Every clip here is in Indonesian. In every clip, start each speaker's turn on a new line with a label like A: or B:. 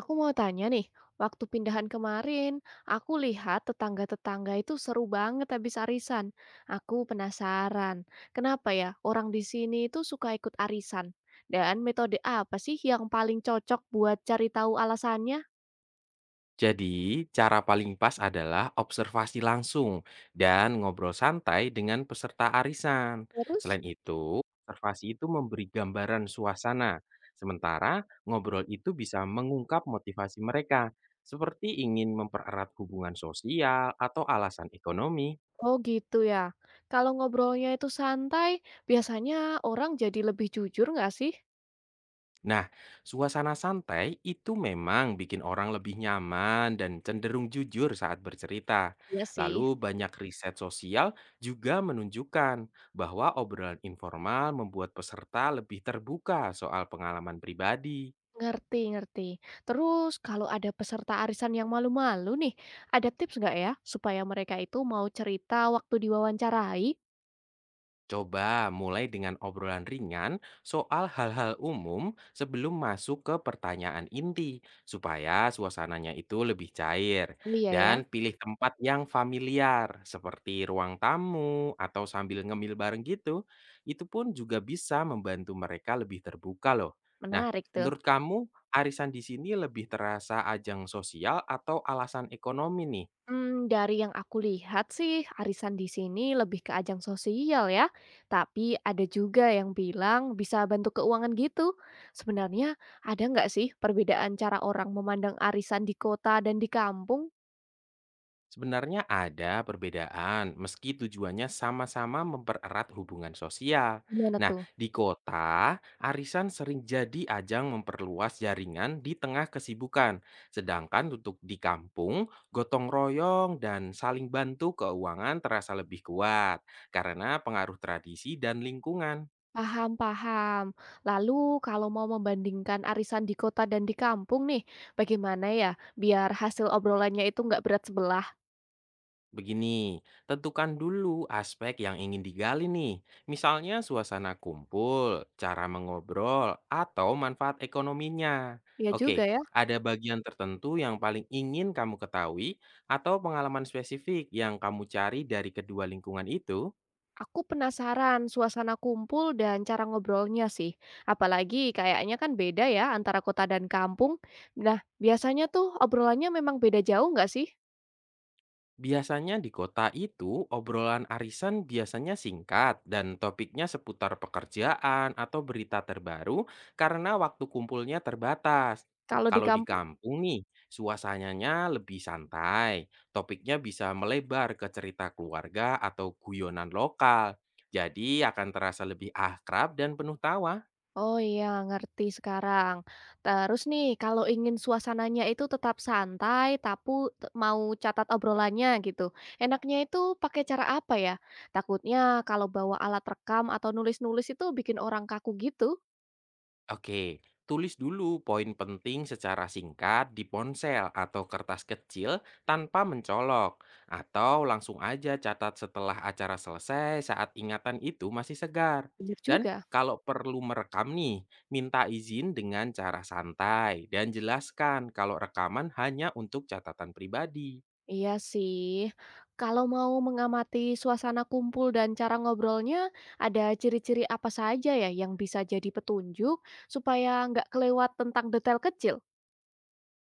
A: Aku mau tanya nih, waktu pindahan kemarin, aku lihat tetangga-tetangga itu seru banget habis arisan. Aku penasaran, kenapa ya orang di sini itu suka ikut arisan? Dan metode apa sih yang paling cocok buat cari tahu alasannya?
B: Jadi, cara paling pas adalah observasi langsung dan ngobrol santai dengan peserta arisan.
A: Terus,
B: Selain itu, observasi itu memberi gambaran suasana, sementara ngobrol itu bisa mengungkap motivasi mereka, seperti ingin mempererat hubungan sosial atau alasan ekonomi.
A: oh gitu ya. Kalau ngobrolnya itu santai, biasanya orang jadi lebih jujur nggak sih?
B: Nah, suasana santai itu memang bikin orang lebih nyaman dan cenderung jujur saat bercerita.
A: Iya sih.
B: Lalu banyak riset sosial juga menunjukkan bahwa obrolan informal membuat peserta lebih terbuka soal pengalaman pribadi.
A: Ngerti ngerti. Terus kalau ada peserta arisan yang malu-malu nih, ada tips nggak ya supaya mereka itu mau cerita waktu diwawancarai?
B: Coba mulai dengan obrolan ringan soal hal-hal umum sebelum masuk ke pertanyaan inti, supaya suasananya itu lebih cair.
A: Oh iya ya.
B: Dan pilih tempat yang familiar, seperti ruang tamu atau sambil ngemil bareng gitu. Itu pun juga bisa membantu mereka lebih terbuka loh. Nah,
A: Menarik tuh.
B: menurut kamu, arisan di sini lebih terasa ajang sosial atau alasan ekonomi nih?
A: Hmm, dari yang aku lihat sih, arisan di sini lebih ke ajang sosial ya. Tapi ada juga yang bilang bisa bantu keuangan gitu. Sebenarnya ada nggak sih perbedaan cara orang memandang arisan di kota dan di kampung?
B: Sebenarnya ada perbedaan, meski tujuannya sama-sama mempererat hubungan sosial.
A: Gimana
B: Nah,
A: tuh?
B: di kota, arisan sering jadi ajang memperluas jaringan di tengah kesibukan. Sedangkan untuk di kampung, gotong royong dan saling bantu keuangan terasa lebih kuat karena pengaruh tradisi dan lingkungan.
A: Paham, paham. Lalu kalau mau membandingkan arisan di kota dan di kampung nih, bagaimana ya biar hasil obrolannya itu nggak berat sebelah?
B: Begini, tentukan dulu aspek yang ingin digali nih. Misalnya suasana kumpul, cara mengobrol, atau manfaat ekonominya.
A: Ya juga
B: Oke,
A: ya,
B: ada bagian tertentu yang paling ingin kamu ketahui atau pengalaman spesifik yang kamu cari dari kedua lingkungan itu?
A: aku penasaran suasana kumpul dan cara ngobrolnya sih. Apalagi kayaknya kan beda ya antara kota dan kampung. Nah, biasanya tuh obrolannya memang beda jauh nggak sih?
B: Biasanya di kota itu, obrolan arisan biasanya singkat dan topiknya seputar pekerjaan atau berita terbaru karena waktu kumpulnya terbatas.
A: Kalau di
B: Kalau di
A: kampung
B: kampung nih, suasananya lebih santai. Topiknya bisa melebar ke cerita keluarga atau guyonan lokal. Jadi akan terasa lebih akrab dan penuh tawa.
A: oh iya, ngerti sekarang. Terus nih, kalau ingin suasananya itu tetap santai, tapi mau catat obrolannya gitu. Enaknya itu pakai cara apa ya? Takutnya kalau bawa alat rekam atau nulis-nulis itu bikin orang kaku gitu.
B: Oke, tulis dulu poin penting secara singkat di ponsel atau kertas kecil tanpa mencolok, atau langsung aja catat setelah acara selesai saat ingatan itu masih segar.
A: Bener
B: Dan
A: juga.
B: kalau perlu merekam nih, minta izin dengan cara santai dan jelaskan kalau rekaman hanya untuk catatan pribadi.
A: Iya sih. Kalau mau mengamati suasana kumpul dan cara ngobrolnya, ada ciri-ciri apa saja ya yang bisa jadi petunjuk supaya nggak kelewat tentang detail kecil?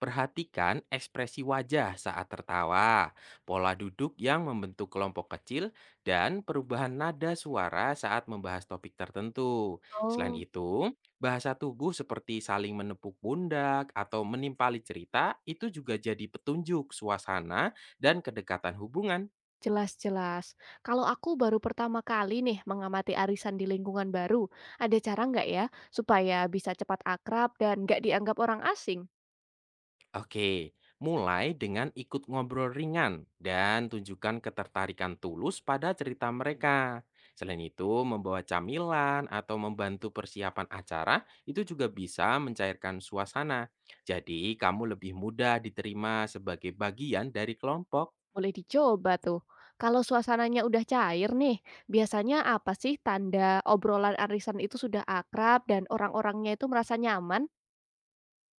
B: Perhatikan ekspresi wajah saat tertawa, pola duduk yang membentuk kelompok kecil, dan perubahan nada suara saat membahas topik tertentu. Selain
A: Oh.
B: itu, bahasa tubuh seperti saling menepuk pundak atau menimpali cerita itu juga jadi petunjuk suasana dan kedekatan hubungan.
A: Jelas, jelas. Kalau aku baru pertama kali nih mengamati arisan di lingkungan baru, ada cara nggak ya supaya bisa cepat akrab dan nggak dianggap orang asing?
B: Oke, mulai dengan ikut ngobrol ringan dan tunjukkan ketertarikan tulus pada cerita mereka. Selain itu, membawa camilan atau membantu persiapan acara itu juga bisa mencairkan suasana. Jadi, kamu lebih mudah diterima sebagai bagian dari kelompok.
A: Boleh dicoba tuh. Kalau suasananya udah cair nih, biasanya apa sih tanda obrolan arisan itu sudah akrab dan orang-orangnya itu merasa nyaman?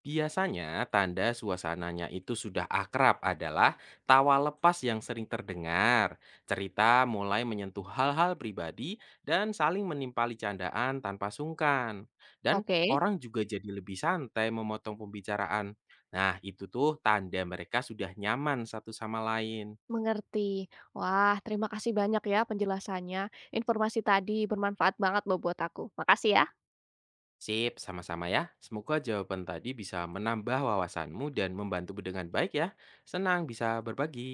B: Biasanya, tanda suasananya itu sudah akrab adalah tawa lepas yang sering terdengar, cerita mulai menyentuh hal-hal pribadi, dan saling menimpali candaan tanpa sungkan. Dan
A: Oke,
B: orang juga jadi lebih santai memotong pembicaraan. Nah, itu tuh tanda mereka sudah nyaman satu sama lain.
A: mengerti. Wah, terima kasih banyak ya penjelasannya. Informasi tadi bermanfaat banget loh buat aku. Makasih ya.
B: Sip, sama-sama ya. Semoga jawaban tadi bisa menambah wawasanmu dan membantu dengan baik ya. Senang bisa berbagi.